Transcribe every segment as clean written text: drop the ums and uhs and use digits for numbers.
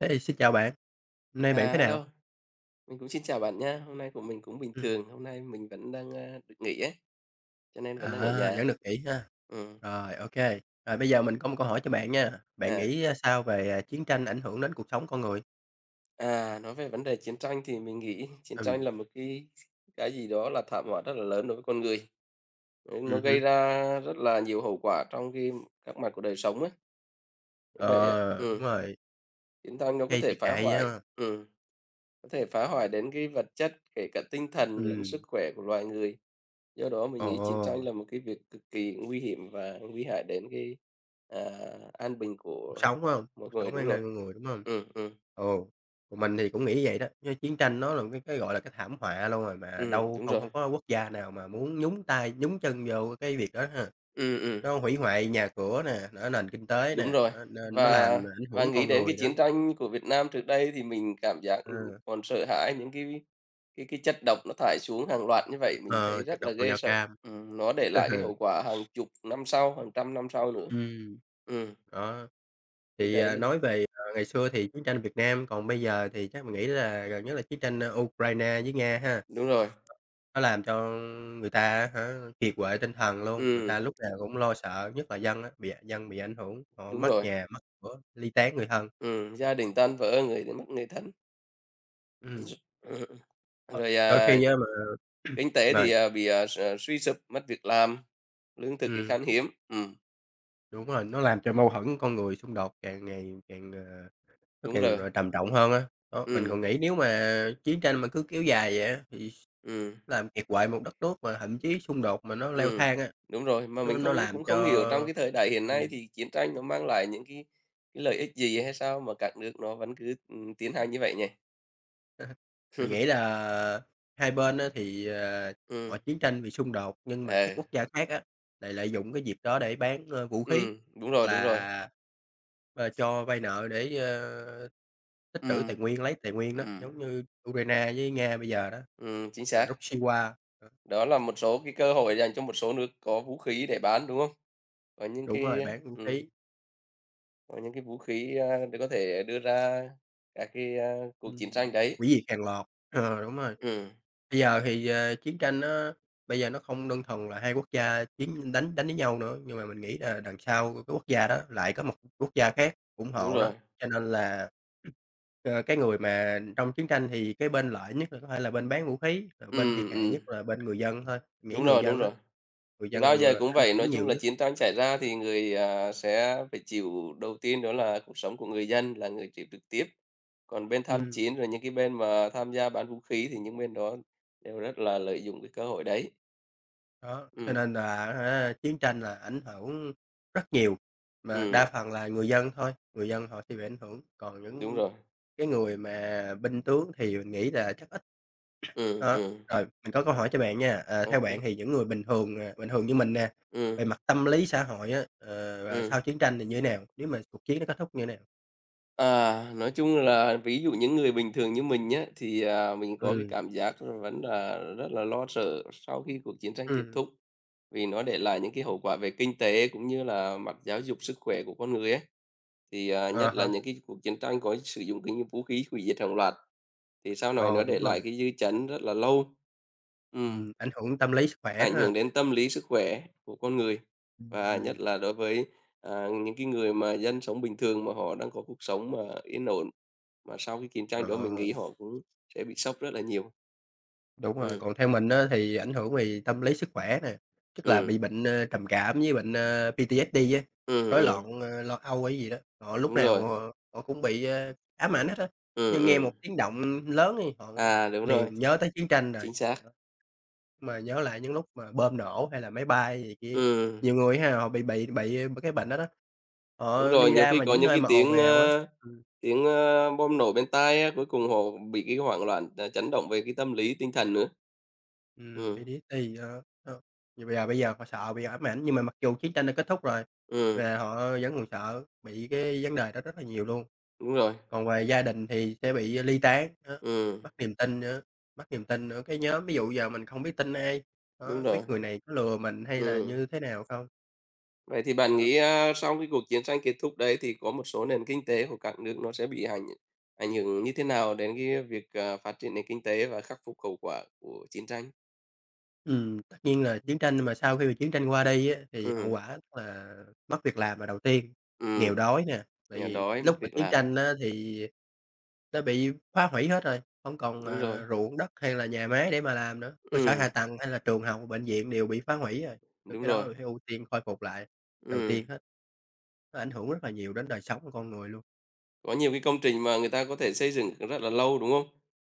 Thế thì xin chào bạn, hôm nay bạn À, thế nào? hello, mình cũng xin chào bạn nha. Hôm nay của mình cũng bình Ừm, thường, hôm nay mình vẫn đang, được nghỉ ấy, cho nên vẫn đang ở vẫn nhà. được nghỉ ha. Ừm, Rồi, ok. Rồi bây giờ mình có một câu hỏi cho bạn nha, bạn à, nghĩ, sao về, chiến tranh ảnh hưởng đến cuộc sống con người? nói về vấn đề chiến tranh thì mình nghĩ chiến Ừ. tranh là một cái gì đó là thảm họa rất là lớn đối với con người, đấy, nó Ừm hứm. gây ra rất là nhiều hậu quả trong các mặt của đời sống á, như vậy á. Ờ, Đúng Ừm, rồi, chiến tranh nó gây thiệt hại á. ừm, có thể phá hoại đến cái vật chất, kể cả tinh thần lẫn sức Ừm. khỏe của loài người. Do đó mình Ồ, nghĩ chiến tranh là một cái việc cực kỳ nguy hiểm và nguy hại đến cái, à, an bình cuộc của sống, phải hông? mọi Cuộc người, sống đúng ăn rồi. nên con người, đúng không? Ừm, ừm, Ồ, còn mình thì cũng nghĩ vậy đó, chứ chiến tranh nó là cái, gọi là, cái thảm họa luôn rồi mà đâu đúng không rồi. không có quốc gia nào mà muốn nhúng tay, nhúng chân vô cái việc đó ha. Ừm, ừm, Nó hủy hoại nhà cửa nè, nó nền kinh tế đúng nè, rồi. nó nên nó làm Và ảnh và hưởng nghĩ con đến cái người chiến nữa. tranh của Việt Nam trước đây thì mình cảm giác, Ờ, còn sợ hãi những cái chất độc nó thải xuống hàng loạt như vậy, mình ờ, thấy chất rất độc là màu ghê da sợ. cam. Nó để lại cái Ừ. hậu quả hàng chục năm sau, hàng trăm năm sau nữa. Ừm, Ừm, đó, thì thì, đấy là nói về, ngày xưa thì chiến tranh Việt Nam, còn bây giờ thì chắc mình nghĩ là gần nhất là chiến tranh, Ukraine với Nga ha. đúng rồi, Nó làm cho người ta á hả, kiệt quệ tinh thần luôn, người ta ừm, lúc nào cũng lo sợ, nhất là dân á, bị dân bị ảnh hưởng, họ đúng mất rồi. nhà, mất cửa, ly tán người thân. Gia đình tan vỡ, người thì mất người thân. Ừm, Ừ. ờ, Rồi, đôi khi á mà kinh tế thì, mời, bị, suy sụp, mất việc làm, lương thực thì ừm. khan hiếm. Đúng rồi, nó làm cho mâu thuẫn con người xung đột càng ngày càng, nó Đúng càng, rồi. Trầm trọng hơn á. Đó, mình còn Ừm, nghĩ nếu mà chiến tranh mà cứ kéo dài vậy á, thì ừm, làm kiệt quệ một đất nước, mà thậm chí xung đột mà nó leo ừm, thang á, đúng rồi. Mà nó mình nó không làm cũng cho không hiểu trong cái thời đại hiện nay ừm. thì chiến tranh nó mang lại những cái lợi ích gì hay sao mà các nước nó vẫn cứ, tiến hành như vậy nhỉ? Mình nghĩ là hai bên á thì, Ừm, họ chiến tranh vì xung đột, nhưng mà các ờ, quốc gia khác á lại lợi dụng cái dịp đó để bán, vũ khí đúng hoặc rồi, đúng rồi. là, cho vay nợ để, tích trữ tài Ừm, nguyên, lấy tài nguyên đó, ừm, giống như Ukraine với Nga bây giờ đó, chính xác. Russia. ờ, Đó là một số cái cơ hội dành cho một số nước có vũ khí để bán, đúng không? Có những Đúng cái, rồi, bán vũ a khí, có những cái vũ khí, để có thể đưa ra các cái, cuộc chiến tranh ừm, đấy. hủy diệt hàng loạt, đúng rồi. Ừm, Bây giờ thì, chiến tranh nó bây giờ nó không đơn thuần là hai quốc gia chiến đánh đánh với nhau nữa, nhưng mà mình nghĩ là đằng sau của cái quốc gia đó lại có một quốc gia khác ủng đúng hộ nó, rồi. cho nên là, cái người mà trong chiến tranh thì cái bên lợi nhất là có thể là bên bán vũ khí, rồi bên thiệt Ừm, hại ừm, nhất là bên người dân thôi. Mình nghĩ đúng người rồi, đúng dân á, rồi. người Thì dân là bao giờ người cũng ảnh vậy, nói hưởng chung nhiều là nhất. chiến tranh xảy ra thì người, sẽ phải chịu đầu tiên đó là cuộc sống của người dân là người chịu trực tiếp. Còn bên tham Ừm. chiến, rồi những cái bên mà tham gia bán vũ khí thì những bên đó đều rất là lợi dụng cái cơ hội đấy. Đó, cho Ừm, nên là á chiến tranh là ảnh hưởng rất nhiều, mà đa ừm, phần là người dân thôi, người dân họ sẽ bị ảnh hưởng, còn đúng những rồi. cái người mà binh tướng thì mình nghĩ là chắc ít. Ừm, Đó, ừm, rồi mình có câu hỏi cho bạn nha, ô theo kê. bạn thì những người bình thường nè, bình thường như mình nè, về Ừm, mặt tâm lý xã hội á, và sau chiến tranh thì như thế nào? Nếu mà cuộc chiến nó kết thúc như thế nào? À, nói chung là ví dụ những người bình thường như mình nhé thì, mình có cái Ừm. cảm giác là vẫn là rất là lo sợ sau khi cuộc chiến tranh kết Ừm. thúc, vì nó để lại những cái hậu quả về kinh tế cũng như là mặt giáo dục sức khỏe của con người ấy. Thì, À nhất là há. những cái cuộc chiến tranh có sử dụng cái vũ khí hủy diệt hàng loạt, thì sau này Ờ, nó để Đúng lại rồi, cái dư chấn rất là lâu. Ừm, ảnh hưởng tâm lý sức khỏe ảnh ha. hưởng đến tâm lý sức khỏe của con người, và Ừm. nhất là đối với, những cái người mà dân sống bình thường mà họ đang có cuộc sống mà yên ổn mà sau cái chiến tranh đó mình Ờ. nghĩ họ cũng sẽ bị sốc rất là nhiều. Đúng rồi, Ừm, còn theo mình á thì ảnh hưởng về tâm lý sức khỏe nè, tức là ừm, bị bệnh, trầm cảm với bệnh, PTSD á, ừm, rối ừm, loạn, lo âu hay gì đó, họ lúc đúng nào rồi, họ họ cũng bị, ám ảnh hết á. Như nghe một ừm. tiếng động lớn thì họ À, đúng rồi, liền nhớ tới chiến tranh rồi, chính xác. đó, mà nhớ lại những lúc mà bom nổ hay là máy bay gì kia. Ừm, Nhiều người ha, họ bị cái bệnh đó đó, đúng họ rồi, đi nhiều ra khi mà có những những nơi cái mà ồn tiếng, ào á. ơ, Ừ. tiếng, ơ, bom nổ bên tai á, cuối cùng họ bị cái hoảng loạn, chấn động về cái tâm lý tinh thần nữa. Ừm, PTSD. Ờ, vậy bây giờ họ sợ bị ám ảnh, nhưng mà mặc dù chiến tranh đã kết thúc rồi ừm, và họ vẫn còn sợ bị cái vấn đề đó rất là nhiều luôn. đúng rồi, Còn về gia đình thì sẽ bị ly tán nữa, ừm, mất niềm tin nữa, mất niềm tin nữa. Cái nhóm ví dụ giờ mình không biết tin ai, đúng đó, rồi, biết người này có lừa mình hay là ừm. như thế nào không, Vậy thì bạn đó. nghĩ, sau cái cuộc chiến tranh kết thúc đấy thì có một số nền kinh tế của các nước nó sẽ bị ảnh ảnh hưởng như thế nào đến cái việc, phát triển nền kinh tế và khắc phục hậu quả của chiến tranh? Tất nhiên là Ừm. chiến tranh nhưng mà sau khi mà chiến tranh qua đi á, thì hậu Ừm, quả là mất việc làm là đầu tiên, nghèo đói nè, tại nghèo vì đói, mất lúc mà việc chiến làm, tranh á thì nó bị phá hủy hết rồi, không còn, đúng rồi, ruộng đất hay là nhà máy để mà làm nữa, cơ sở ừm, hạ tầng hay là trường học, bệnh viện đều bị phá hủy rồi, rồi đúng cái đó rồi, là phải ưu tiên khôi phục lại đầu ừm. tiên hết. Nó ảnh hưởng rất là nhiều đến đời sống của con người luôn. Có nhiều cái công trình mà người ta có thể xây dựng rất là lâu, đúng không?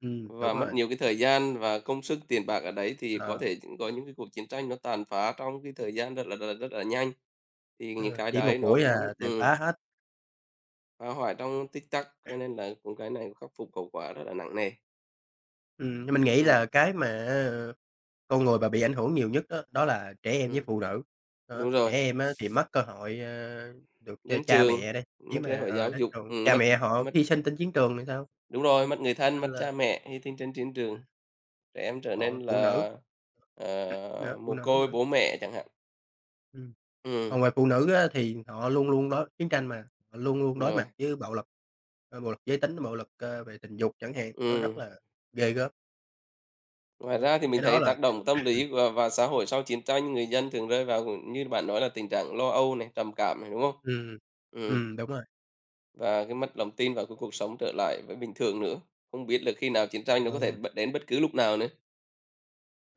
Đúng Và mất rồi. nhiều cái thời gian và công sức, tiền bạc ở đấy thì có ờ, thể có những cái cuộc chiến tranh nó tàn phá trong cái thời gian rất là rất là rất là nhanh, thì những ừ, cái chỉ một đấy nó buổi cũng là tàn ừm. phá hết. Phá hoại trong tích tắc, cho nên là cũng cái này cũng khắc phục hậu quả rất là nặng nề. Nhưng mình nghĩ Ừm, là cái mà á con người mà bị ảnh hưởng nhiều nhất đó, đó là trẻ em với ừm, phụ nữ. Đó, đúng trẻ rồi, em á thì mất cơ hội, được cho đến cha trường, mẹ đây, chứ mất cơ mà, hội giáo đến dục, trường, cha mất mẹ họ mất hy sinh trên chiến trường thì sao? đúng rồi, mất người thân, Nên mất là cha mẹ, hy sinh trên chiến trường, trẻ em trở còn nên phụ nữ là, nữa, phụ mồ nữ côi nữa, bố mẹ chẳng hạn. ừm. Ừm, Còn về phụ nữ á thì họ luôn luôn đối chiến tranh mà, họ luôn luôn đối rồi, mặt với bạo lực, bạo lực giới tính, bạo lực, về tình dục chẳng hạn, nó ừm. rất là ghê gớm, Ngoài đó, ra thì cái mình đó thấy là tác cái động tâm lý và xã hội sau chiến tranh, người dân thường rơi vào, như bạn nói là, tình trạng lo âu này, trầm cảm này, đúng không? ừm. Ừ. Ừm, đúng rồi, Và cái mất lòng tin vào cái cuộc sống trở lại với bình thường nữa, không biết là khi nào chiến tranh nó có thể ờ, đến bất cứ lúc nào nữa.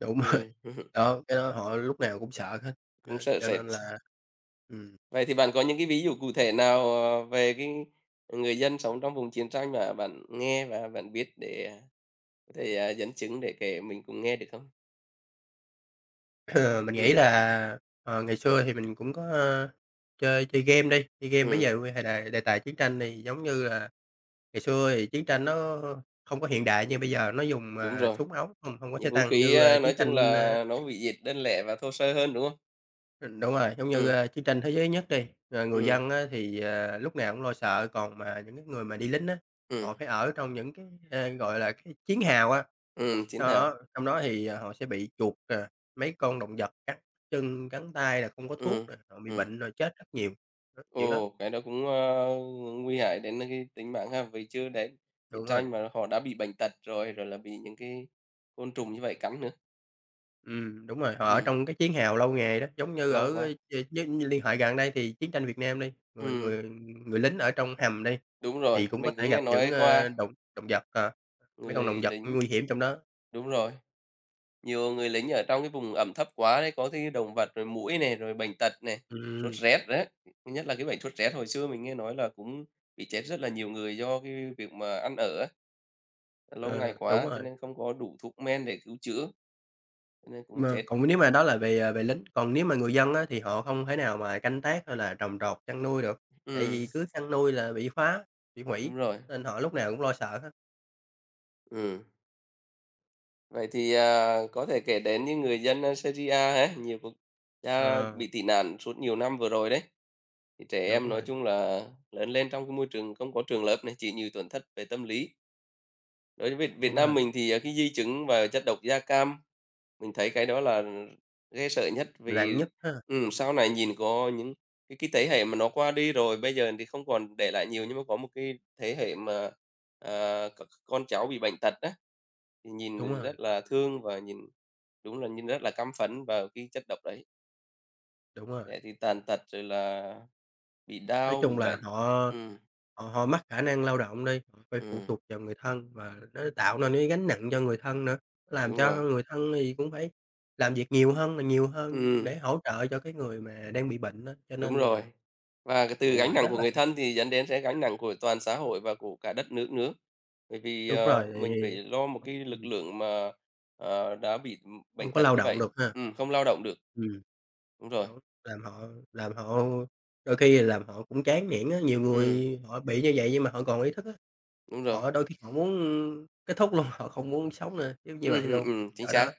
đúng rồi. Ừm, Đó, cái đó họ lúc nào cũng sợ hết, Cũng nên sợ cho sệt. nên là ừm. Vậy thì bạn có những cái ví dụ cụ thể nào, về cái người dân sống trong vùng chiến tranh mà bạn nghe và bạn biết để, có thể, dẫn chứng để kể mình cùng nghe được không? Mình nghĩ Ừm, là, ngày xưa thì mình cũng có, chơi chơi game đi, chơi game bây ừm, giờ đề đề tài chiến tranh thì giống như là ngày xưa thì chiến tranh nó không có hiện đại như bây giờ, nó dùng, đúng rồi, súng ống, không không có xe những vũ tăng khí, như, chiến nói chung tranh, ơ là nó hủy diệt đơn lẻ và thô sơ hơn, đúng không? đúng rồi, giống như, Ừm, chiến tranh thế giới nhất đi, người ừm, dân á thì, lúc nào cũng lo sợ, còn mà những cái người mà đi lính á, ừm, họ phải ở trong những cái, gọi là, cái chiến hào á. Chiến hào. Đó, trong đó thì, họ sẽ bị chuột, mấy con động vật cắn chân, cắn tay, là không có thuốc Ừm, nè, họ bị ừm. bệnh rồi chết rất nhiều, đó, kiểu đó. Ồ, cái đó cũng, nguy hại đến cái tính mạng ha. Vì chưa đến chiến Đúng rồi. tranh mà họ đã bị bệnh tật rồi, rồi là bị những cái côn trùng như vậy cắn nữa. Đúng rồi, họ ở Ừm, trong cái chiến hào lâu ngày đó, giống như lâu ở, với quá. liên hệ gần đây thì chiến tranh Việt Nam đi, người Ừm, người người lính ở trong hầm đi, đúng rồi, thì cũng có mình thể cũng nghe gặp những, nói qua động động vật, mấy con người động vật lính nguy hiểm trong đó. đúng rồi, nhiều người lính ở trong cái vùng ẩm thấp quá đấy, có cái động vật rồi muỗi này, rồi bệnh tật này, sốt Ừm. rét đấy. Nhất là cái bệnh sốt rét hồi xưa mình nghe nói là cũng bị chết rất là nhiều người do cái việc mà ăn ở á, lâu Ờ, ngày Đúng quá cho rồi, nên không có đủ thuốc men để cứu chữa, cho nên cũng mà chết. còn nếu mà đó là về, về lính, còn nếu mà người dân á thì họ không thể nào mà canh tác hay là trồng trọt, chăn nuôi được, tại Ừm. vì cứ chăn nuôi là bị phá, bị Đúng hủy, rồi, nên họ lúc nào cũng lo sợ hết. ừm. Vậy thì, có thể kể đến những người dân, Syria ha, nhiều quốc gia Ờ, bị tị nạn suốt nhiều năm vừa rồi đấy, thì trẻ đúng em nói rồi, chung là lớn lên trong cái môi trường không có trường lớp này, chịu nhiều tổn thất về tâm lý. Đối với Việt đúng Nam rồi, mình thì, cái di chứng và chất độc da cam. Mình thấy cái đó là ghê sợ nhất nặng vì, nhất ha, sau này nhìn có những cái thế hệ mà nó qua đi rồi, bây giờ thì không còn để lại nhiều, nhưng mà có một cái thế hệ mà, à, c con cháu bị bệnh tật á, thì đúng nhìn rồi, rất là thương và nhìn đúng là nhìn rất là căm phẫn vào cái chất độc đấy. đúng rồi. Trẻ thì tàn tật rồi là bị Nói đau, chung bị là bệnh. họ Ừm, họ họ mất khả năng lao động đi, họ phải phụ ừm, thuộc vào người thân và nó tạo nên cái gánh nặng cho người thân nữa, làm đúng rồi. cho người thân thì cũng phải làm việc nhiều hơn là nhiều hơn Ừm. để hỗ trợ cho cái người mà đang bị bệnh á, cho Đúng nên rồi. là Và cái từ hậu quả gánh nặng rất của là người thân thì dẫn đến sẽ gánh nặng của toàn xã hội và của cả đất nước nữa. Bởi vì, đúng rồi, tại mình phải vì lo một cái lực ừm, lượng mà, đã bị, bệnh không có tật lao như động vậy. được ha. Không lao động được. Ừm, Đúng rồi. đúng, làm họ đôi khi là làm họ cũng chán nản á, nhiều Ừm, người họ bị như vậy nhưng mà họ còn ý thức á, đúng rồi. họ đôi khi họ muốn kết thúc luôn, họ không muốn sống nữa, giống như vậy luôn, Chính ở xác. đó.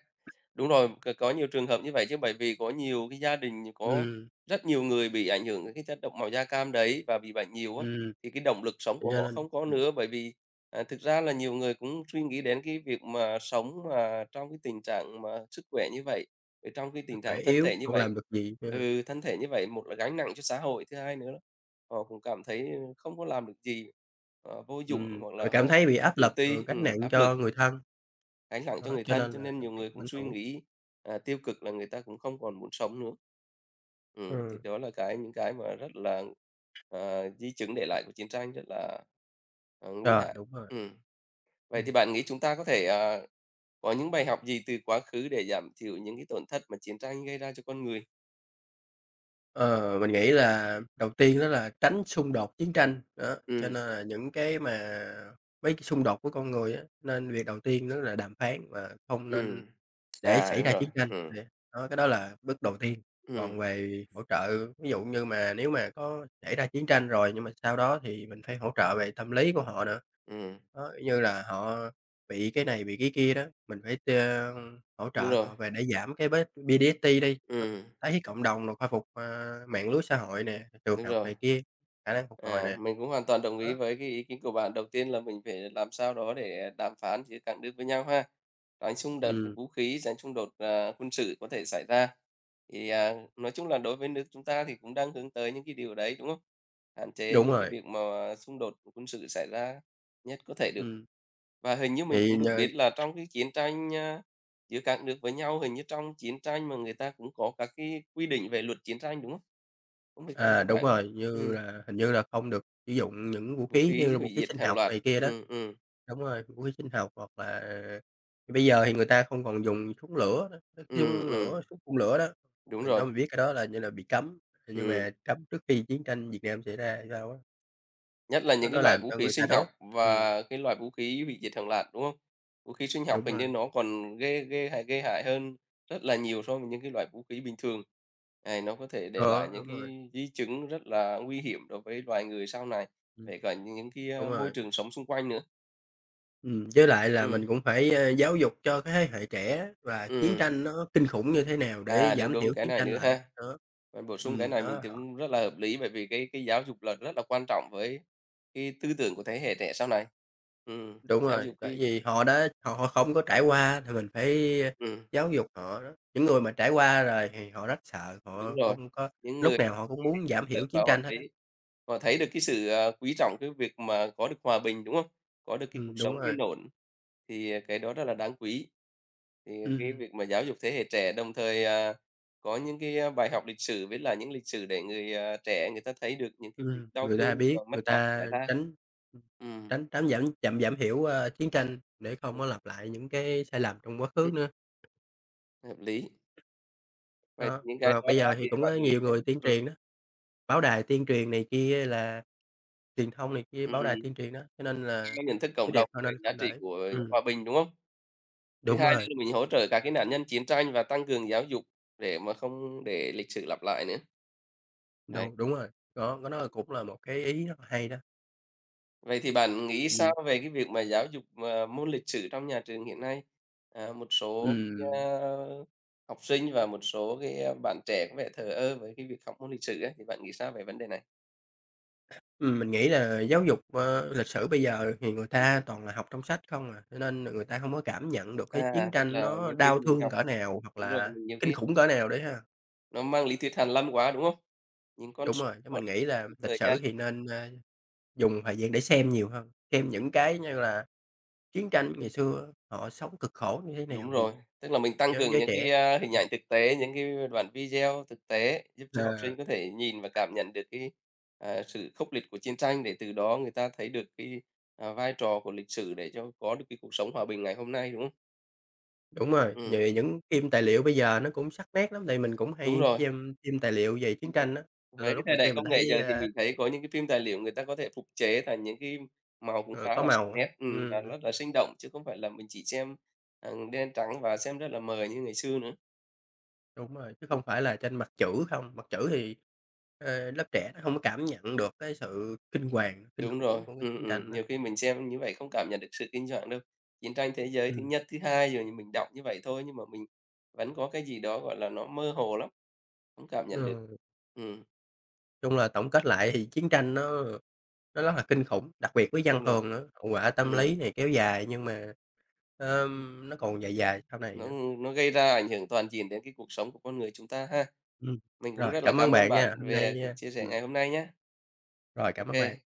Đúng rồi, có nhiều trường hợp như vậy chứ, bởi vì có nhiều cái gia đình có Ừm, rất nhiều người bị ảnh hưởng cái chất độc màu da cam đấy và bị bệnh nhiều á, ừm, thì cái động lực sống vậy của cho họ nên không có nữa. Bởi vì, thực ra là nhiều người cũng suy nghĩ đến cái việc mà sống mà trong cái tình trạng mà sức khỏe như vậy, rồi trong cái sức tình khỏe trạng thân yếu, thể như không vậy. làm được gì ha. Ừ, thân thể như vậy, một là gánh nặng cho xã hội, thứ hai nữa là họ cũng cảm thấy không có làm được gì, vô dụng hoặc Rồi là cảm họ thấy bị áp tự lực, ti, rồi gánh nặng áp lực cho người thân, gánh nặng cho đó, người cho thân, nên cho là nên nó nhiều sẽ người cũng cũng ảnh suy hưởng. nghĩ, tiêu cực là người ta cũng không còn muốn sống nữa. Thì Ừm, đó là cái những cái mà rất là, di chứng để lại của chiến tranh rất là, nguy rồi, hại. đúng rồi. Ừm, vậy Ừm. thì bạn nghĩ chúng ta có thể, có những bài học gì từ quá khứ để giảm thiểu những cái tổn thất mà chiến tranh gây ra cho con người? Ờ, mình nghĩ là đầu tiên đó là tránh xung đột chiến tranh, đó, cho Ừm, nên là những cái mà mấy cái xung đột của con người á, nên việc đầu tiên đó là đàm phán và không nên ừm. để À, xảy đúng ra rồi, chiến tranh, thì đó, cái đó là bước đầu tiên. ừm, Còn về hỗ trợ, ví dụ như mà nếu mà có xảy ra chiến tranh rồi, nhưng mà sau đó thì mình phải hỗ trợ về tâm lý của họ nữa. ừm, Đó, như là họ bị cái này, bị cái kia đó, mình phải t hỗ trợ đúng rồi, họ về để giảm cái bết PTSD đi, đó, ừm, thấy cộng đồng rồi khôi phục, mạng lưới xã hội nè, trường đúng học rồi. này kia, khả năng phục hồi À, nè. mình cũng hoàn toàn đồng ý Đó, với cái ý kiến của bạn. Đầu tiên là mình phải làm sao đó để đàm phán giữa các nước với nhau ha. Tránh xung đột ừm, vũ khí, tránh xung đột quân sự có thể xảy ra. Thì nói chung là đối với nước chúng ta thì cũng đang hướng tới những cái điều đấy đúng không? Hạn chế đúng những cái rồi, việc mà xung đột quân sự xảy ra nhất có thể được. ừm, Và hình như mình thì cũng được nhờ biết là trong cái chiến tranh giữa các nước với nhau, hình như trong chiến tranh mà người ta cũng có các cái quy định về luật chiến tranh đúng không? Không biết cái này à, có đúng phải không? rồi, như Ừ. là hình như là không được sử dụng những vũ Vũ khí như khí là hủy vũ khí diệt sinh hàng học loạt. này kia đó. Ừm. Ừm. Đúng rồi, vũ khí sinh học hoặc là bây giờ thì người ta không còn dùng súng lửa nữa, nói Ừm. chung lửa, Ừm. súng phun lửa đó. Đúng Mình đó rồi. mình biết cái đó là như là bị cấm, nhưng ừm, mà cấm trước khi chiến tranh Việt Nam xảy ra hay sao á, Nhất là nó những cái nó loại làm vũ cho khí người ta sinh học đốt. Ừm, và cái loại vũ khí hủy diệt hàng loạt, đúng không? Vũ khí sinh học đúng hình như rồi, nó còn ghê ghê hại gây hại hơn rất là nhiều so với những cái loại vũ khí bình thường. Này, nó có thể để lại đó, những đúng rồi, cái di chứng rất là nguy hiểm đối với loài người sau này, ừm, kể cả những cáiđúng môi rồi. trường sống xung quanh nữa. Với lại là mình Ừm. cũng phải, giáo dục cho cái thế hệ trẻ và chiến Ừm. tranh nó kinh khủng như thế nào để Đúng, giảm đúng, thiểu cái chiến này tranh nữa lại, ha. đó. Bạn bổ sung cái này mình Đó. thấy cũng rất là hợp lý, bởi vì cái giáo dục là rất là quan trọng với cái tư tưởng của thế hệ trẻ sau này. Đúng Giáo rồi, dục tại cái. vì họ đã họ họ không có trải qua thì mình phải ừm, giáo dục họ đó. Những người mà trải qua rồi thì họ rất sợ, Đúng họ rồi. không có Những lúc người nào họ cũng muốn giảm thiểu và chiến họ tranh hết á. thấy họ thấy được cái sự, quý trọng cái việc mà có được hòa bình, đúng không? Có được cái cuộc Đúng sống yên rồi. ổn, thì, cái đó rất là đáng quý. Thì Ừm, cái ừm, việc mà giáo dục thế hệ trẻ đồng thời, có những cái, bài học lịch sử với là những lịch sử để người, trẻ người ta thấy được những cái việc đau người ta thương biết, và người mất mát xảy ta ra. tránh, Ừm. tránh giảm giảm giảm thiểu, chiến tranh để không có lặp lại những cái sai lầm trong quá khứ nữa. Hợp lý. Vậy Đó, những cái và đó bây đó giờ thì thì cũng có bạn nghĩ nhiều thế. người tuyên ừm, truyền đó, báo đài tuyên truyền này kia là truyền thông này kia, báo đài ừm, tuyên truyền đó, cho nên là cái nhận thức cái cộng điều đồng không về nên giá không trị để. của Ừm, hòa bình, đúng không? Thứ đúng hai nữa rồi. là mình hỗ trợ các cái nạn nhân chiến tranh và tăng cường giáo dục để mà không để lịch sử lặp lại nữa. Đấy. Đúng, đúng rồi, đó, cái đó cũng là một cái ý rất là hay đó, Vậy thì bạn nghĩ tại vì sao về cái việc mà giáo dục mà môn lịch sử trong nhà trường hiện nay? À, một số cái, ừm, học sinh và một số cái, bạn trẻ có vẻ thờ ơ với cái việc học môn lịch sử ấy, thì bạn nghĩ sao về vấn đề này? Mình nghĩ là giáo dục, lịch sử bây giờ thì người Ừm. ta toàn là học trong sách không à, cho nên là người ta không có cảm nhận được cái chiến À, tức tranh là nó nhiều khi đau mình thương học cỡ nào hoặc đúng rồi, là mình nhiều kinh khi khủng cỡ nào đấy ha. nó mang lý thuyết hàn lâm quá, đúng không? Những con Đúng số, rồi, chứ gọi mình là, nghĩ là mốc lịch thời gian. sử thì nên, dùng thời gian để xem nhiều hơn, xem những cái như là chiến tranh ngày xưa họ sống cực khổ như thế nào Đúng thì rồi. Tức là mình tăng cho cường giới những trẻ. cái, hình ảnh thực tế, những cái đoạn video thực tế giúp cho học Ờ. sinh có thể nhìn và cảm nhận được cái, sự khốc liệt của chiến tranh để từ đó người ta thấy được cái, vai trò của lịch sử để cho có được cái cuộc sống hòa bình ngày hôm nay, đúng không? Đúng rồi, Ừ, về những phim tài liệu bây giờ nó cũng sắc nét lắm, tại mình cũng đúng hay rồi, xem phim tài liệu về chiến cũng đúng. tranh á, đôi Với đôi cái lúc thời mình đại xem mình công nghệ thấy, giờ thì mình thấy có những cái phim tài liệu người ta có thể phục chế thành những cái màu cũng ờ, khá có là sắc màu á. nét, và Ừm, rất là sinh động chứ không phải là mình chỉ xem, đen trắng và xem rất là mờ như ngày xưa nữa. đúng rồi, chứ không phải là trên mặt chữ không, mặt chữ thì, lớp trẻ nó hông có cảm nhận được cái sự kinh hoàng, kinh Đúng rồi. khủng của cái chiến tranh đó. Nhiều khi mình xem như vậy không cảm nhận được sự kinh hoàng đâu. Chiến tranh thế giới thứ Ừm, nhất, thứ hai rồi mình đọc như vậy thôi, nhưng mà mình vẫn có cái gì đó, gọi là, nó mơ hồ lắm, không cảm nhận được. ừ, Ừm. chung là tổng kết lại thì chiến tranh nó rất là kinh khủng, đặc biệt với dân Đúng rồi. thường nữa, hậu quả tâm ừm, lý này kéo dài nhưng mà, ừm, nó còn dài dài sau này nó nữa. nó gây ra ảnh hưởng toàn diện đến cái cuộc sống của con người chúng ta ha. Ừm, Mình cũng rồi, rất là cảm ơn cảm ơn bạn bạn nha, hôm về nay, cuộc a chia sẻ ừm. ngày hôm nay nhé, Rồi, cảm ơn OK. bạn.